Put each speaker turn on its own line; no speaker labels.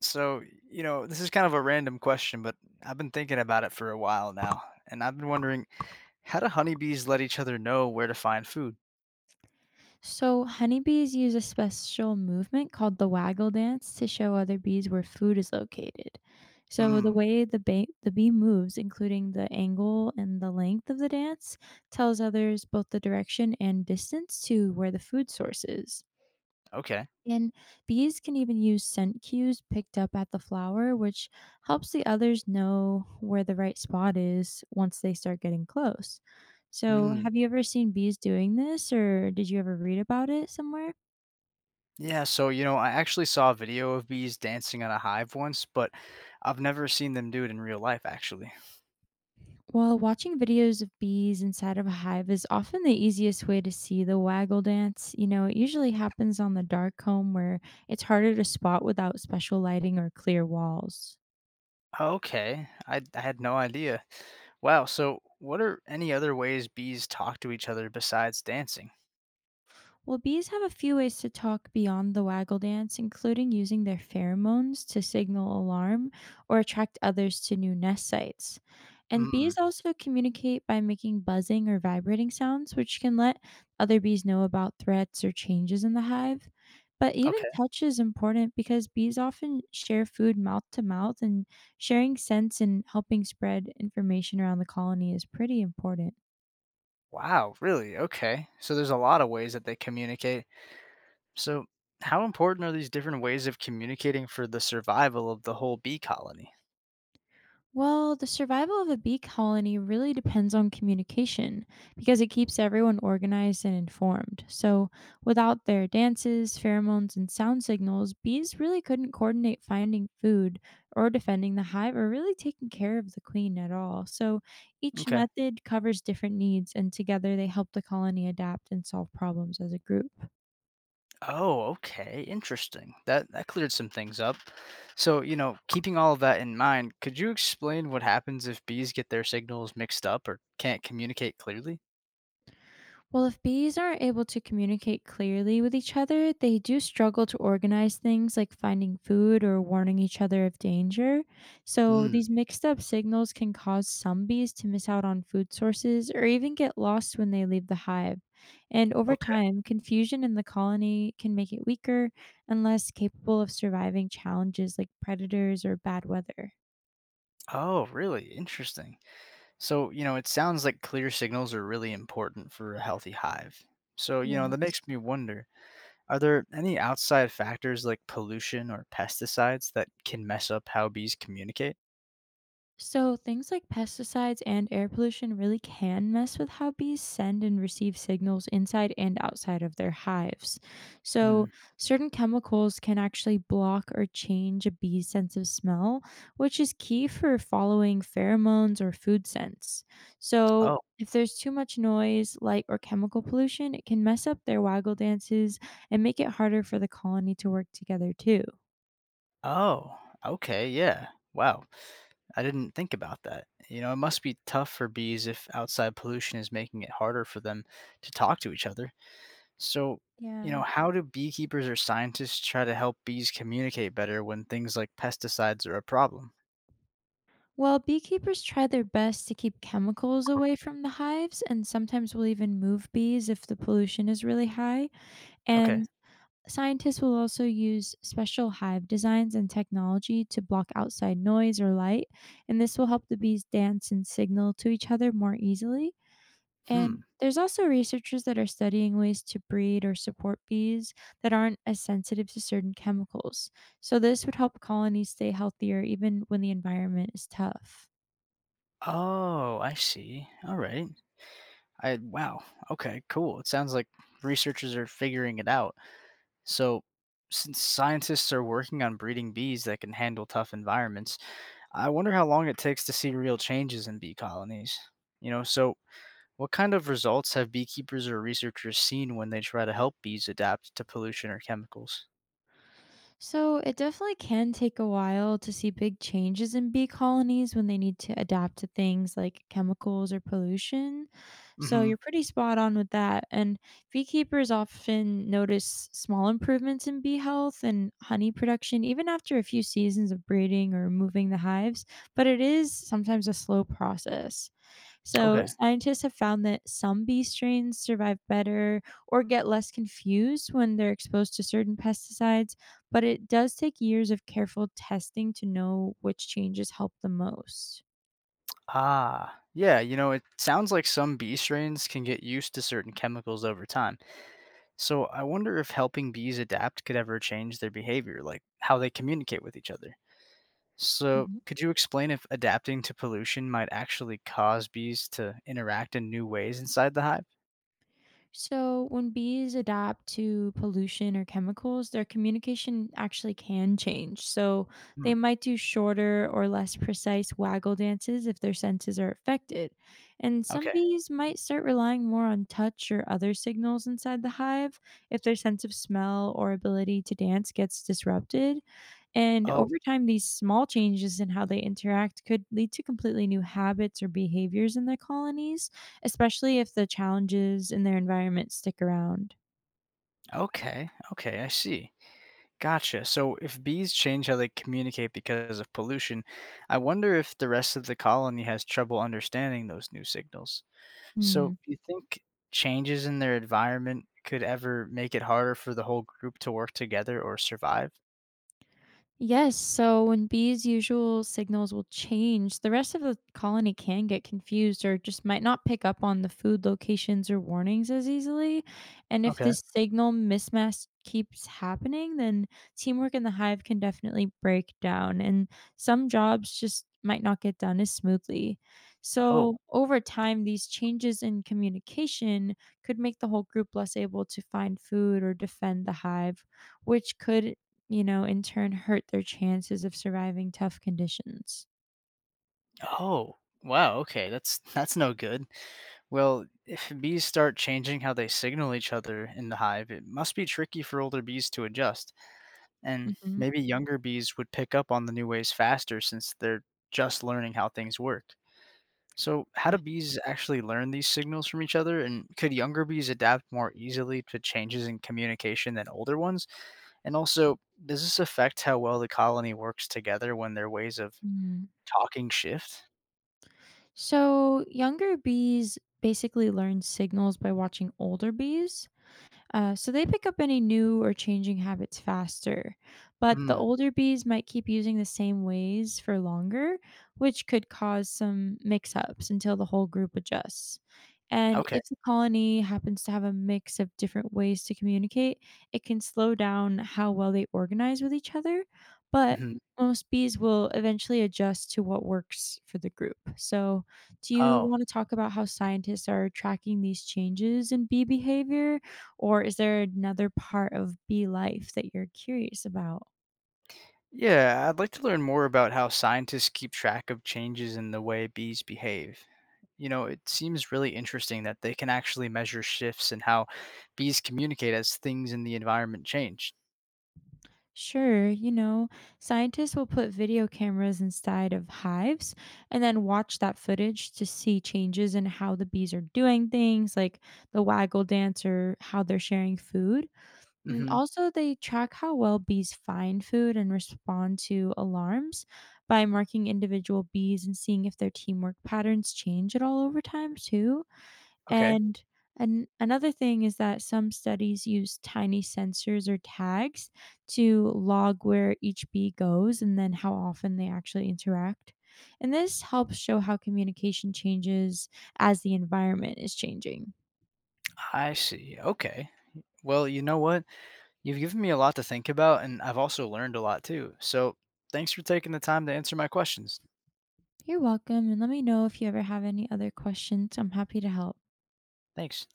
So, this is kind of a random question, but I've been thinking about it for a while now, and I've been wondering how do honeybees let each other know where to find food?
So, honeybees use a special movement called the waggle dance to show other bees where food is located. So, the
Mm,
way the bee moves, including the angle and the length of the dance, tells others both the direction and distance to where the food source is.
okay.
And bees can even use scent cues picked up at the flower, which helps the others know where the right spot is once they start getting close. So,
Mm,
have you ever seen bees doing this, or did you ever read about it somewhere?
yeah, so, I actually saw a video of bees dancing on a hive once, but I've never seen them do it in real life, actually.
Well, watching videos of bees inside of a hive is often the easiest way to see the waggle dance. You know, it usually happens on the dark comb where it's harder to spot without special lighting or clear walls.
Okay, I had no idea. Wow, so what are any other ways bees talk to each other besides dancing?
Well, bees have a few ways to talk beyond the waggle dance, including using their pheromones to signal alarm or attract others to new nest sites. And bees
Mm,
also communicate by making buzzing or vibrating sounds, which can let other bees know about threats or changes in the hive. But even
okay.
touch is important because bees often share food mouth to mouth, and sharing scents and helping spread information around the colony is pretty important.
Wow, really? Okay. So there's a lot of ways that they communicate. So, how important are these different ways of communicating for the survival of the whole bee colony?
Well, the survival of a bee colony really depends on communication because it keeps everyone organized and informed. So, without their dances, pheromones, and sound signals, bees really couldn't coordinate finding food or defending the hive or really taking care of the queen at all. So, each
Okay.
method covers different needs, and together they help the colony adapt and solve problems as a group.
Oh, okay. Interesting. That cleared some things up. So, keeping all of that in mind, could you explain what happens if bees get their signals mixed up or can't communicate clearly?
Well, if bees aren't able to communicate clearly with each other, they do struggle to organize things like finding food or warning each other of danger. So,
Hmm.
these mixed up signals can cause some bees to miss out on food sources or even get lost when they leave the hive. And over
Okay.
time, confusion in the colony can make it weaker and less capable of surviving challenges like predators or bad weather.
Oh, really? Interesting. So, it sounds like clear signals are really important for a healthy hive. So, that makes
Yes.
me wonder. Are there any outside factors like pollution or pesticides that can mess up how bees communicate?
So, things like pesticides and air pollution really can mess with how bees send and receive signals inside and outside of their hives. So,
Mm.
certain chemicals can actually block or change a bee's sense of smell, which is key for following pheromones or food scents. So,
Oh,
if there's too much noise, light, or chemical pollution, it can mess up their waggle dances and make it harder for the colony to work together, too.
oh, okay, yeah. Wow. I didn't think about that. It must be tough for bees if outside pollution is making it harder for them to talk to each other. So,
Yeah.
how do beekeepers or scientists try to help bees communicate better when things like pesticides are a problem?
Well, beekeepers try their best to keep chemicals away from the hives and sometimes will even move bees if the pollution is really high.
Okay.
And scientists will also use special hive designs and technology to block outside noise or light. And this will help the bees dance and signal to each other more easily. And
Hmm.
there's also researchers that are studying ways to breed or support bees that aren't as sensitive to certain chemicals. So, this would help colonies stay healthier even when the environment is tough.
Oh, I see. All right. I wow. Okay, cool. It sounds like researchers are figuring it out. So, since scientists are working on breeding bees that can handle tough environments, I wonder how long it takes to see real changes in bee colonies. So what kind of results have beekeepers or researchers seen when they try to help bees adapt to pollution or chemicals?
So it definitely can take a while to see big changes in bee colonies when they need to adapt to things like chemicals or pollution. So
Mhm.
you're pretty spot on with that. And beekeepers often notice small improvements in bee health and honey production even after a few seasons of breeding or moving the hives, but it is sometimes a slow process. So,
Okay.
scientists have found that some bee strains survive better or get less confused when they're exposed to certain pesticides, but it does take years of careful testing to know which changes help the most.
Ah, yeah, it sounds like some bee strains can get used to certain chemicals over time. So I wonder if helping bees adapt could ever change their behavior, like how they communicate with each other. So could you explain if adapting to pollution might actually cause bees to interact in new ways inside the hive?
So, when bees adapt to pollution or chemicals, their communication actually can change. So,
Hmm.
they might do shorter or less precise waggle dances if their senses are affected. And some
Okay.
bees might start relying more on touch or other signals inside the hive if their sense of smell or ability to dance gets disrupted. And
Oh,
over time, these small changes in how they interact could lead to completely new habits or behaviors in their colonies, especially if the challenges in their environment stick around.
okay. Okay, I see. Gotcha. So if bees change how they communicate because of pollution, I wonder if the rest of the colony has trouble understanding those new signals.
Hmm.
So, do you think changes in their environment could ever make it harder for the whole group to work together or survive?
Yes, so when bees' usual signals will change, the rest of the colony can get confused or just might not pick up on the food locations or warnings as easily. And if
Okay.
this signal mismatch keeps happening, then teamwork in the hive can definitely break down, and some jobs just might not get done as smoothly. So,
Oh.
over time, these changes in communication could make the whole group less able to find food or defend the hive, which could in turn hurt their chances of surviving tough conditions.
Oh. Wow. Okay. That's no good. Well, if bees start changing how they signal each other in the hive, it must be tricky for older bees to adjust. And
Hmm.
maybe younger bees would pick up on the new ways faster since they're just learning how things work. So, how
Yeah.
do bees actually learn these signals from each other? And could younger bees adapt more easily to changes in communication than older ones? And also, does this affect how well the colony works together when their ways of
Mhm.
talking shift?
So, younger bees basically learn signals by watching older bees. So they pick up any new or changing habits faster. But the
Hmm.
older bees might keep using the same ways for longer, which could cause some mix ups until the whole group adjusts. And
Okay.
if the colony happens to have a mix of different ways to communicate, it can slow down how well they organize with each other. But
Mhm.
most bees will eventually adjust to what works for the group. So, do you
Oh.
want to talk about how scientists are tracking these changes in bee behavior? Or is there another part of bee life that you're curious about?
Yeah, I'd like to learn more about how scientists keep track of changes in the way bees behave. It seems really interesting that they can actually measure shifts in how bees communicate as things in the environment change.
Sure, you know, scientists will put video cameras inside of hives and then watch that footage to see changes in how the bees are doing things, like the waggle dance or how they're sharing food. And
Hmm.
also, they track how well bees find food and respond to alarms by marking individual bees and seeing if their teamwork patterns change at all over time, too.
Okay.
And an another thing is that some studies use tiny sensors or tags to log where each bee goes and then how often they actually interact. And this helps show how communication changes as the environment is changing.
I see. Okay. Well, you know what? You've given me a lot to think about, and I've also learned a lot too. So thanks for taking the time to answer my questions.
You're welcome. And let me know if you ever have any other questions. I'm happy to help.
Thanks.